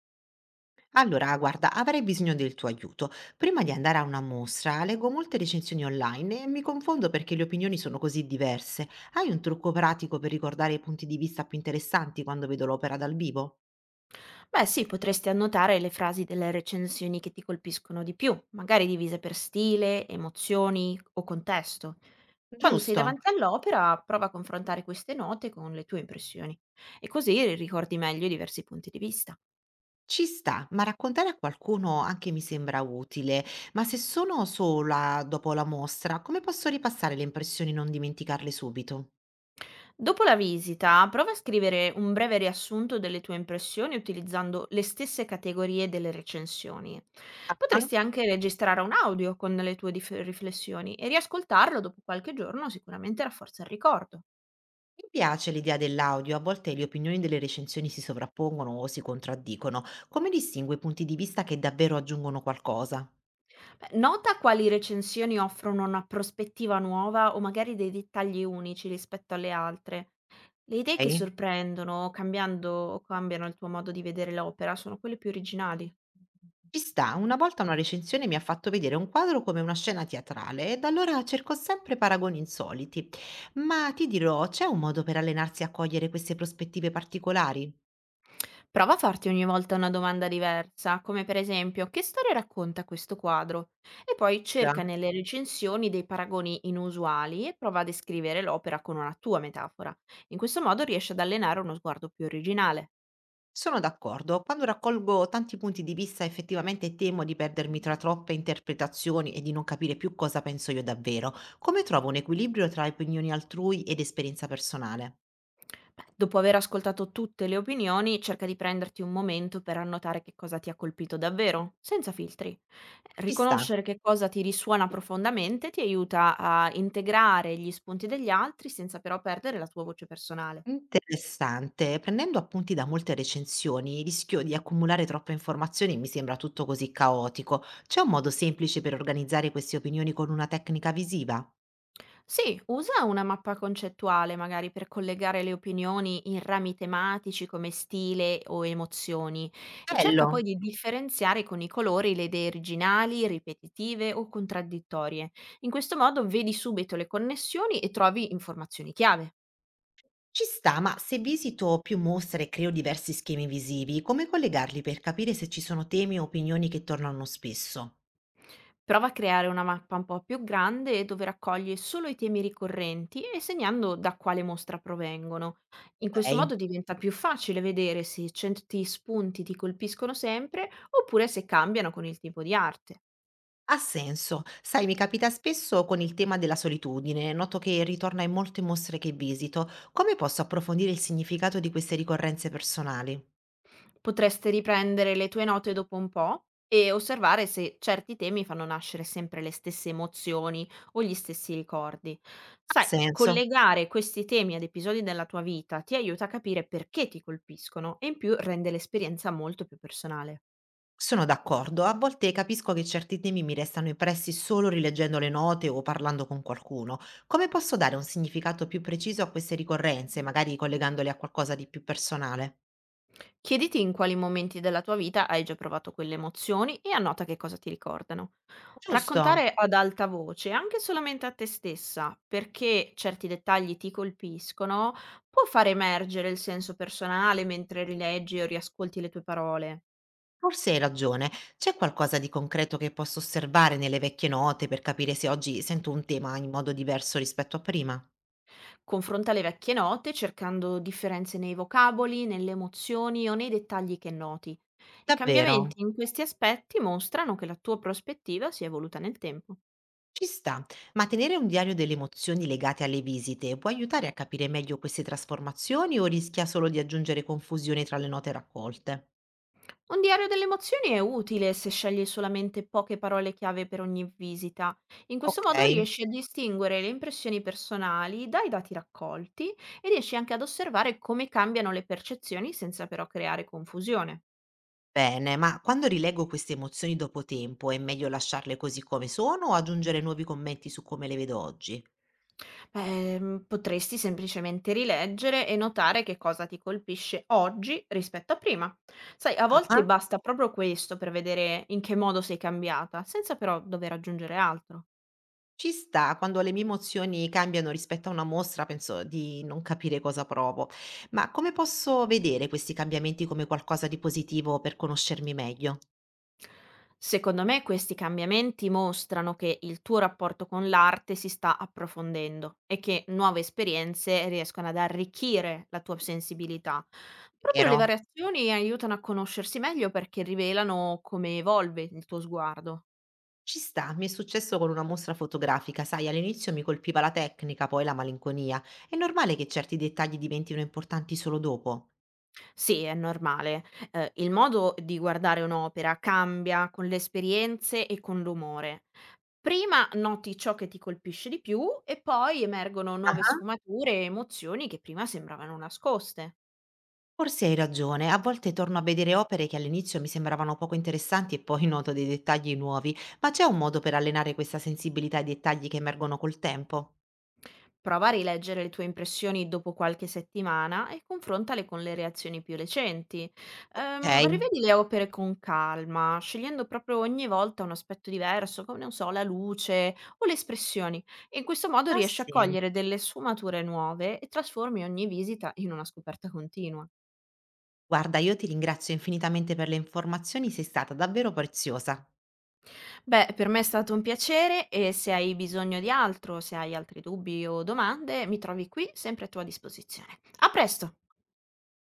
Allora, guarda, avrei bisogno del tuo aiuto. Prima di andare a una mostra, leggo molte recensioni online e mi confondo perché le opinioni sono così diverse. Hai un trucco pratico per ricordare i punti di vista più interessanti quando vedo l'opera dal vivo? Beh, sì, potresti annotare le frasi delle recensioni che ti colpiscono di più, magari divise per stile, emozioni o contesto. Quando sei Giusto. davanti all'opera, prova a confrontare queste note con le tue impressioni e così ricordi meglio i diversi punti di vista. Ci sta, ma raccontare a qualcuno anche mi sembra utile. Ma se sono sola dopo la mostra, come posso ripassare le impressioni e non dimenticarle subito? Dopo la visita, prova a scrivere un breve riassunto delle tue impressioni utilizzando le stesse categorie delle recensioni. Potresti anche registrare un audio con le tue riflessioni e riascoltarlo dopo qualche giorno, sicuramente rafforza il ricordo. Mi piace l'idea dell'audio, a volte le opinioni delle recensioni si sovrappongono o si contraddicono. Come distingo i punti di vista che davvero aggiungono qualcosa? Beh, nota quali recensioni offrono una prospettiva nuova o magari dei dettagli unici rispetto alle altre. Le idee che Ok? sorprendono o cambiando o cambiano il tuo modo di vedere l'opera sono quelle più originali. Ci sta, una volta una recensione mi ha fatto vedere un quadro come una scena teatrale e da allora cerco sempre paragoni insoliti. Ma ti dirò, c'è un modo per allenarsi a cogliere queste prospettive particolari? Prova a farti ogni volta una domanda diversa, come per esempio: che storia racconta questo quadro? E poi Già. cerca nelle recensioni dei paragoni inusuali e prova a descrivere l'opera con una tua metafora. In questo modo riesci ad allenare uno sguardo più originale. Sono d'accordo, quando raccolgo tanti punti di vista effettivamente temo di perdermi tra troppe interpretazioni e di non capire più cosa penso io davvero. Come trovo un equilibrio tra opinioni altrui ed esperienza personale? Beh, dopo aver ascoltato tutte le opinioni, cerca di prenderti un momento per annotare che cosa ti ha colpito davvero, senza filtri. Ci sta. Riconoscere che cosa ti risuona profondamente ti aiuta a integrare gli spunti degli altri senza però perdere la tua voce personale. Interessante, prendendo appunti da molte recensioni, rischio di accumulare troppe informazioni e mi sembra tutto così caotico. C'è un modo semplice per organizzare queste opinioni con una tecnica visiva? Sì, usa una mappa concettuale magari per collegare le opinioni in rami tematici come stile o emozioni, e cerca poi Bello. di differenziare con i colori le idee originali, ripetitive o contraddittorie. In questo modo vedi subito le connessioni e trovi informazioni chiave. Ci sta, ma se visito più mostre e creo diversi schemi visivi, come collegarli per capire se ci sono temi o opinioni che tornano spesso? Prova a creare una mappa un po' più grande dove raccoglie solo i temi ricorrenti, e segnando da quale mostra provengono. In questo Ok. modo diventa più facile vedere se certi spunti ti colpiscono sempre oppure se cambiano con il tipo di arte. Ha senso. Sai, mi capita spesso con il tema della solitudine, noto che ritorna in molte mostre che visito. Come posso approfondire il significato di queste ricorrenze personali? Potresti riprendere le tue note dopo un po' e osservare se certi temi fanno nascere sempre le stesse emozioni o gli stessi ricordi. Ha Sai, senso. collegare questi temi ad episodi della tua vita ti aiuta a capire perché ti colpiscono e in più rende l'esperienza molto più personale. Sono d'accordo, a volte capisco che certi temi mi restano impressi solo rileggendo le note o parlando con qualcuno. Come posso dare un significato più preciso a queste ricorrenze, magari collegandole a qualcosa di più personale? Chiediti in quali momenti della tua vita hai già provato quelle emozioni e annota che cosa ti ricordano. Giusto, Raccontare ad alta voce, anche solamente a te stessa, perché certi dettagli ti colpiscono, può far emergere il senso personale mentre rileggi o riascolti le tue parole. forse hai ragione. C'è qualcosa di concreto che posso osservare nelle vecchie note per capire se oggi sento un tema in modo diverso rispetto a prima? Confronta le vecchie note cercando differenze nei vocaboli, nelle emozioni o nei dettagli che noti. I Davvero? cambiamenti in questi aspetti mostrano che la tua prospettiva si è evoluta nel tempo. Ci sta, ma tenere un diario delle emozioni legate alle visite può aiutare a capire meglio queste trasformazioni o rischia solo di aggiungere confusione tra le note raccolte? Un diario delle emozioni è utile se scegli solamente poche parole chiave per ogni visita. In questo Ok, modo riesci a distinguere le impressioni personali dai dati raccolti e riesci anche ad osservare come cambiano le percezioni senza però creare confusione. bene, ma quando rileggo queste emozioni dopo tempo è meglio lasciarle così come sono o aggiungere nuovi commenti su come le vedo oggi? Beh, potresti semplicemente rileggere e notare che cosa ti colpisce oggi rispetto a prima. Sai, a volte Ah, basta proprio questo per vedere in che modo sei cambiata, senza però dover aggiungere altro. ci sta, quando le mie emozioni cambiano rispetto a una mostra penso di non capire cosa provo, ma come posso vedere questi cambiamenti come qualcosa di positivo per conoscermi meglio? Secondo me questi cambiamenti mostrano che il tuo rapporto con l'arte si sta approfondendo e che nuove esperienze riescono ad arricchire la tua sensibilità. Proprio le Vero? variazioni aiutano a conoscersi meglio perché rivelano come evolve il tuo sguardo. Ci sta, mi è successo con una mostra fotografica, sai, all'inizio mi colpiva la tecnica, poi la malinconia. È normale che certi dettagli diventino importanti solo dopo. Sì, è normale. Il modo di guardare un'opera cambia con le esperienze e con l'umore. Prima noti ciò che ti colpisce di più e poi emergono nuove Ah. sfumature e emozioni che prima sembravano nascoste. Forse hai ragione, a volte torno a vedere opere che all'inizio mi sembravano poco interessanti e poi noto dei dettagli nuovi, ma c'è un modo per allenare questa sensibilità ai dettagli che emergono col tempo? Prova a rileggere le tue impressioni dopo qualche settimana e confrontale con le reazioni più recenti. Ok? Rivedi le opere con calma, scegliendo proprio ogni volta un aspetto diverso, come, non so, la luce o le espressioni. E in questo modo Ma riesci a sì. cogliere delle sfumature nuove e trasformi ogni visita in una scoperta continua. Guarda, io ti ringrazio infinitamente per le informazioni, sei stata davvero preziosa. Beh, per me è stato un piacere, e se hai bisogno di altro, se hai altri dubbi o domande, mi trovi qui sempre a tua disposizione. A presto!